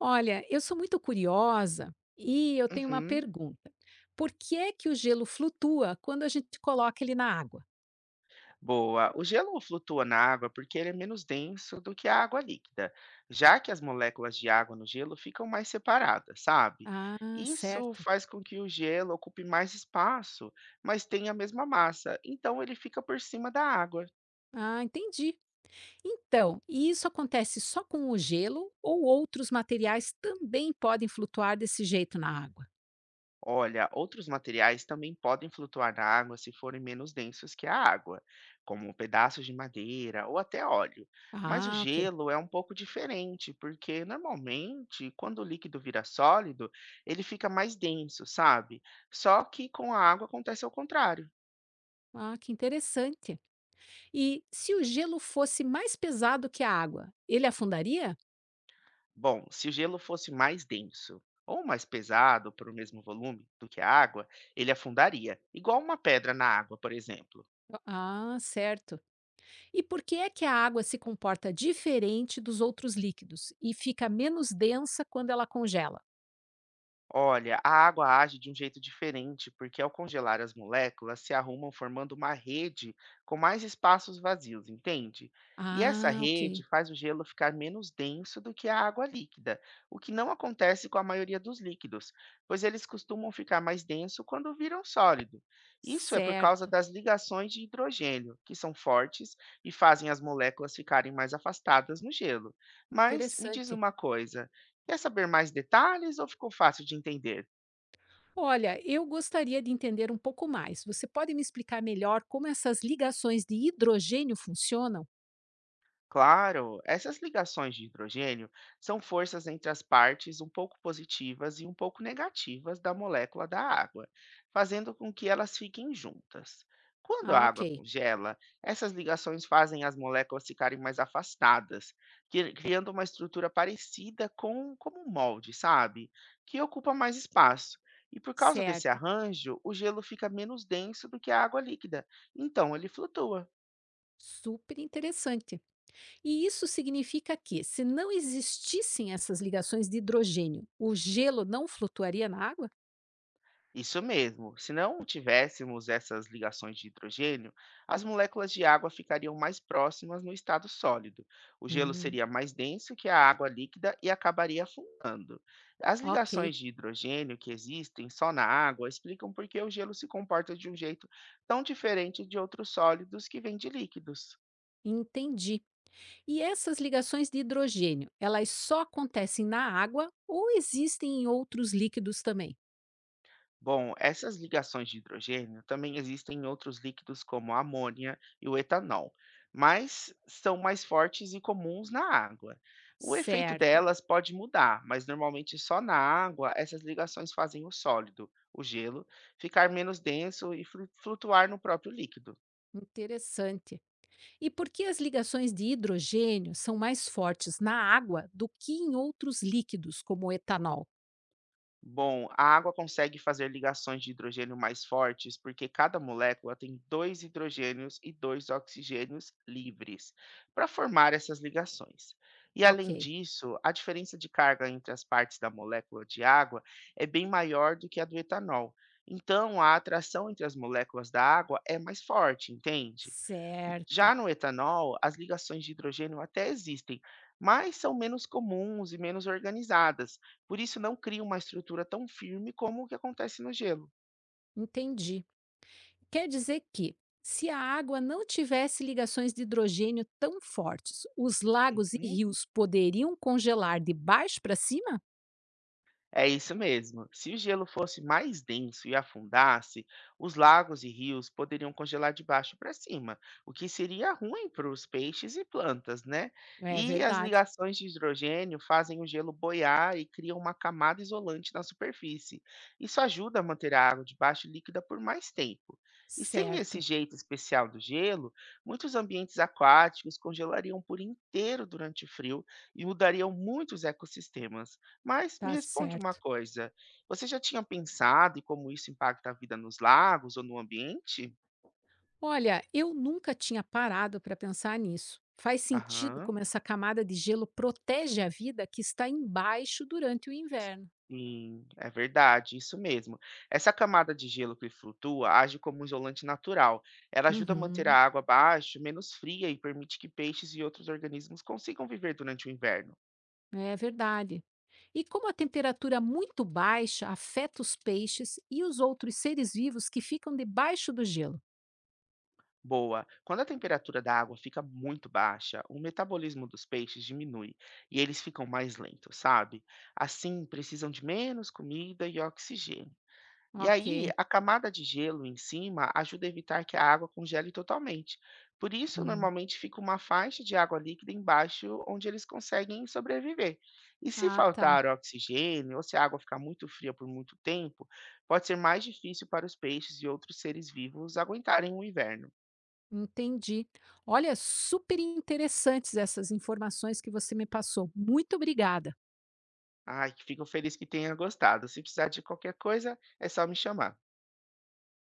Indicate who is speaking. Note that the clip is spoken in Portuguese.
Speaker 1: Olha, eu sou muito curiosa e eu tenho uma
Speaker 2: Uhum,
Speaker 1: pergunta. Por que é que o gelo flutua quando a gente coloca ele na água?
Speaker 2: boa. O gelo flutua na água porque ele é menos denso do que a água líquida, já que as moléculas de água no gelo ficam mais separadas, sabe?
Speaker 1: Ah,
Speaker 2: Isso
Speaker 1: certo.
Speaker 2: faz com que o gelo ocupe mais espaço, mas tenha a mesma massa, então ele fica por cima da água.
Speaker 1: Ah, entendi. Então, e isso acontece só com o gelo ou outros materiais também podem flutuar desse jeito na água?
Speaker 2: Olha, outros materiais também podem flutuar na água se forem menos densos que a água, como pedaços de madeira ou até óleo. Mas o
Speaker 1: Ah, ok.
Speaker 2: gelo é um pouco diferente, porque normalmente, quando o líquido vira sólido, ele fica mais denso, sabe? Só que com a água acontece ao contrário.
Speaker 1: Ah, que interessante. E se o gelo fosse mais pesado que a água, ele afundaria?
Speaker 2: Bom, se o gelo fosse mais denso ou mais pesado para o mesmo volume do que a água, ele afundaria, igual uma pedra na água, por exemplo.
Speaker 1: Ah, certo. E por que é que a água se comporta diferente dos outros líquidos e fica menos densa quando ela congela?
Speaker 2: Olha, a água age de um jeito diferente, porque ao congelar as moléculas se arrumam formando uma rede com mais espaços vazios, entende? E essa
Speaker 1: Ah, ok.
Speaker 2: rede faz o gelo ficar menos denso do que a água líquida, o que não acontece com a maioria dos líquidos, pois eles costumam ficar mais denso quando viram sólido. Isso é por causa
Speaker 1: Certo.
Speaker 2: das ligações de hidrogênio, que são fortes e fazem as moléculas ficarem mais afastadas no gelo. Mas me diz
Speaker 1: Interessante.
Speaker 2: uma coisa. Quer saber mais detalhes ou ficou fácil de entender?
Speaker 1: Olha, eu gostaria de entender um pouco mais. Você pode me explicar melhor como essas ligações de hidrogênio funcionam?
Speaker 2: Claro, essas ligações de hidrogênio são forças entre as partes um pouco positivas e um pouco negativas da molécula da água, fazendo com que elas fiquem juntas. Quando a
Speaker 1: Ah,
Speaker 2: água
Speaker 1: ok.
Speaker 2: congela, essas ligações fazem as moléculas ficarem mais afastadas, criando uma estrutura parecida com como um molde, sabe? Que ocupa mais espaço. E por causa desse
Speaker 1: Certo.
Speaker 2: arranjo, o gelo fica menos denso do que a água líquida, então ele flutua.
Speaker 1: Super interessante. E isso significa que, se não existissem essas ligações de hidrogênio, o gelo não flutuaria na água?
Speaker 2: Isso mesmo. Se não tivéssemos essas ligações de hidrogênio, as moléculas de água ficariam mais próximas no estado sólido. O gelo
Speaker 1: Hum,
Speaker 2: seria mais denso que a água líquida e acabaria afundando. As
Speaker 1: ok.
Speaker 2: ligações de hidrogênio que existem só na água explicam por que o gelo se comporta de um jeito tão diferente de outros sólidos que vêm de líquidos.
Speaker 1: Entendi. E essas ligações de hidrogênio, elas só acontecem na água ou existem em outros líquidos também?
Speaker 2: Bom, essas ligações de hidrogênio também existem em outros líquidos como a amônia e o etanol, mas são mais fortes e comuns na água. O efeito
Speaker 1: Certo,
Speaker 2: delas pode mudar, mas normalmente só na água essas ligações fazem o sólido, o gelo, ficar menos denso e flutuar no próprio líquido.
Speaker 1: interessante. E por que as ligações de hidrogênio são mais fortes na água do que em outros líquidos, como o etanol?
Speaker 2: Bom, a água consegue fazer ligações de hidrogênio mais fortes porque cada molécula tem dois hidrogênios e dois oxigênios livres para formar essas ligações. E além
Speaker 1: Ok,
Speaker 2: disso, a diferença de carga entre as partes da molécula de água é bem maior do que a do etanol. Então, a atração entre as moléculas da água é mais forte, entende?
Speaker 1: certo,
Speaker 2: Já no etanol, as ligações de hidrogênio até existem, mas são menos comuns e menos organizadas, por isso não cria uma estrutura tão firme como o que acontece no gelo.
Speaker 1: entendi. Quer dizer que, se a água não tivesse ligações de hidrogênio tão fortes, os lagos e
Speaker 2: Uhum.
Speaker 1: rios poderiam congelar de baixo para cima?
Speaker 2: É isso mesmo. Se o gelo fosse mais denso e afundasse, os lagos e rios poderiam congelar de baixo para cima, o que seria ruim para os peixes e plantas, né?
Speaker 1: É
Speaker 2: E as
Speaker 1: verdade,
Speaker 2: ligações de hidrogênio fazem o gelo boiar e criam uma camada isolante na superfície. Isso ajuda a manter a água debaixo líquida por mais tempo. E sem esse
Speaker 1: certo.
Speaker 2: jeito especial do gelo, muitos ambientes aquáticos congelariam por inteiro durante o frio e mudariam muitos ecossistemas. Mas me
Speaker 1: Tá
Speaker 2: responde uma
Speaker 1: certo.
Speaker 2: coisa, você já tinha pensado em como isso impacta a vida nos lagos ou no ambiente?
Speaker 1: Olha, eu nunca tinha parado para pensar nisso. Faz sentido
Speaker 2: Aham.
Speaker 1: como essa camada de gelo protege a vida que está embaixo durante o inverno.
Speaker 2: Sim, é verdade, isso mesmo. Essa camada de gelo que flutua age como um isolante natural. Ela ajuda a manter a
Speaker 1: Uhum,
Speaker 2: água abaixo, menos fria e permite que peixes e outros organismos consigam viver durante o inverno.
Speaker 1: é verdade. E como a temperatura muito baixa afeta os peixes e os outros seres vivos que ficam debaixo do gelo.
Speaker 2: Boa. Quando a temperatura da água fica muito baixa, o metabolismo dos peixes diminui e eles ficam mais lentos, sabe? Assim, precisam de menos comida e oxigênio. E aí,
Speaker 1: Ok.
Speaker 2: a camada de gelo em cima ajuda a evitar que a água congele totalmente. Por isso,
Speaker 1: Hum.
Speaker 2: normalmente fica uma faixa de água líquida embaixo onde eles conseguem sobreviver. E se
Speaker 1: Ah, tá.
Speaker 2: faltar oxigênio ou se a água ficar muito fria por muito tempo, pode ser mais difícil para os peixes e outros seres vivos aguentarem o inverno.
Speaker 1: Entendi. Olha, super interessantes essas informações que você me passou. Muito obrigada.
Speaker 2: Ai, que fico feliz que tenha gostado. Se precisar de qualquer coisa, é só me chamar.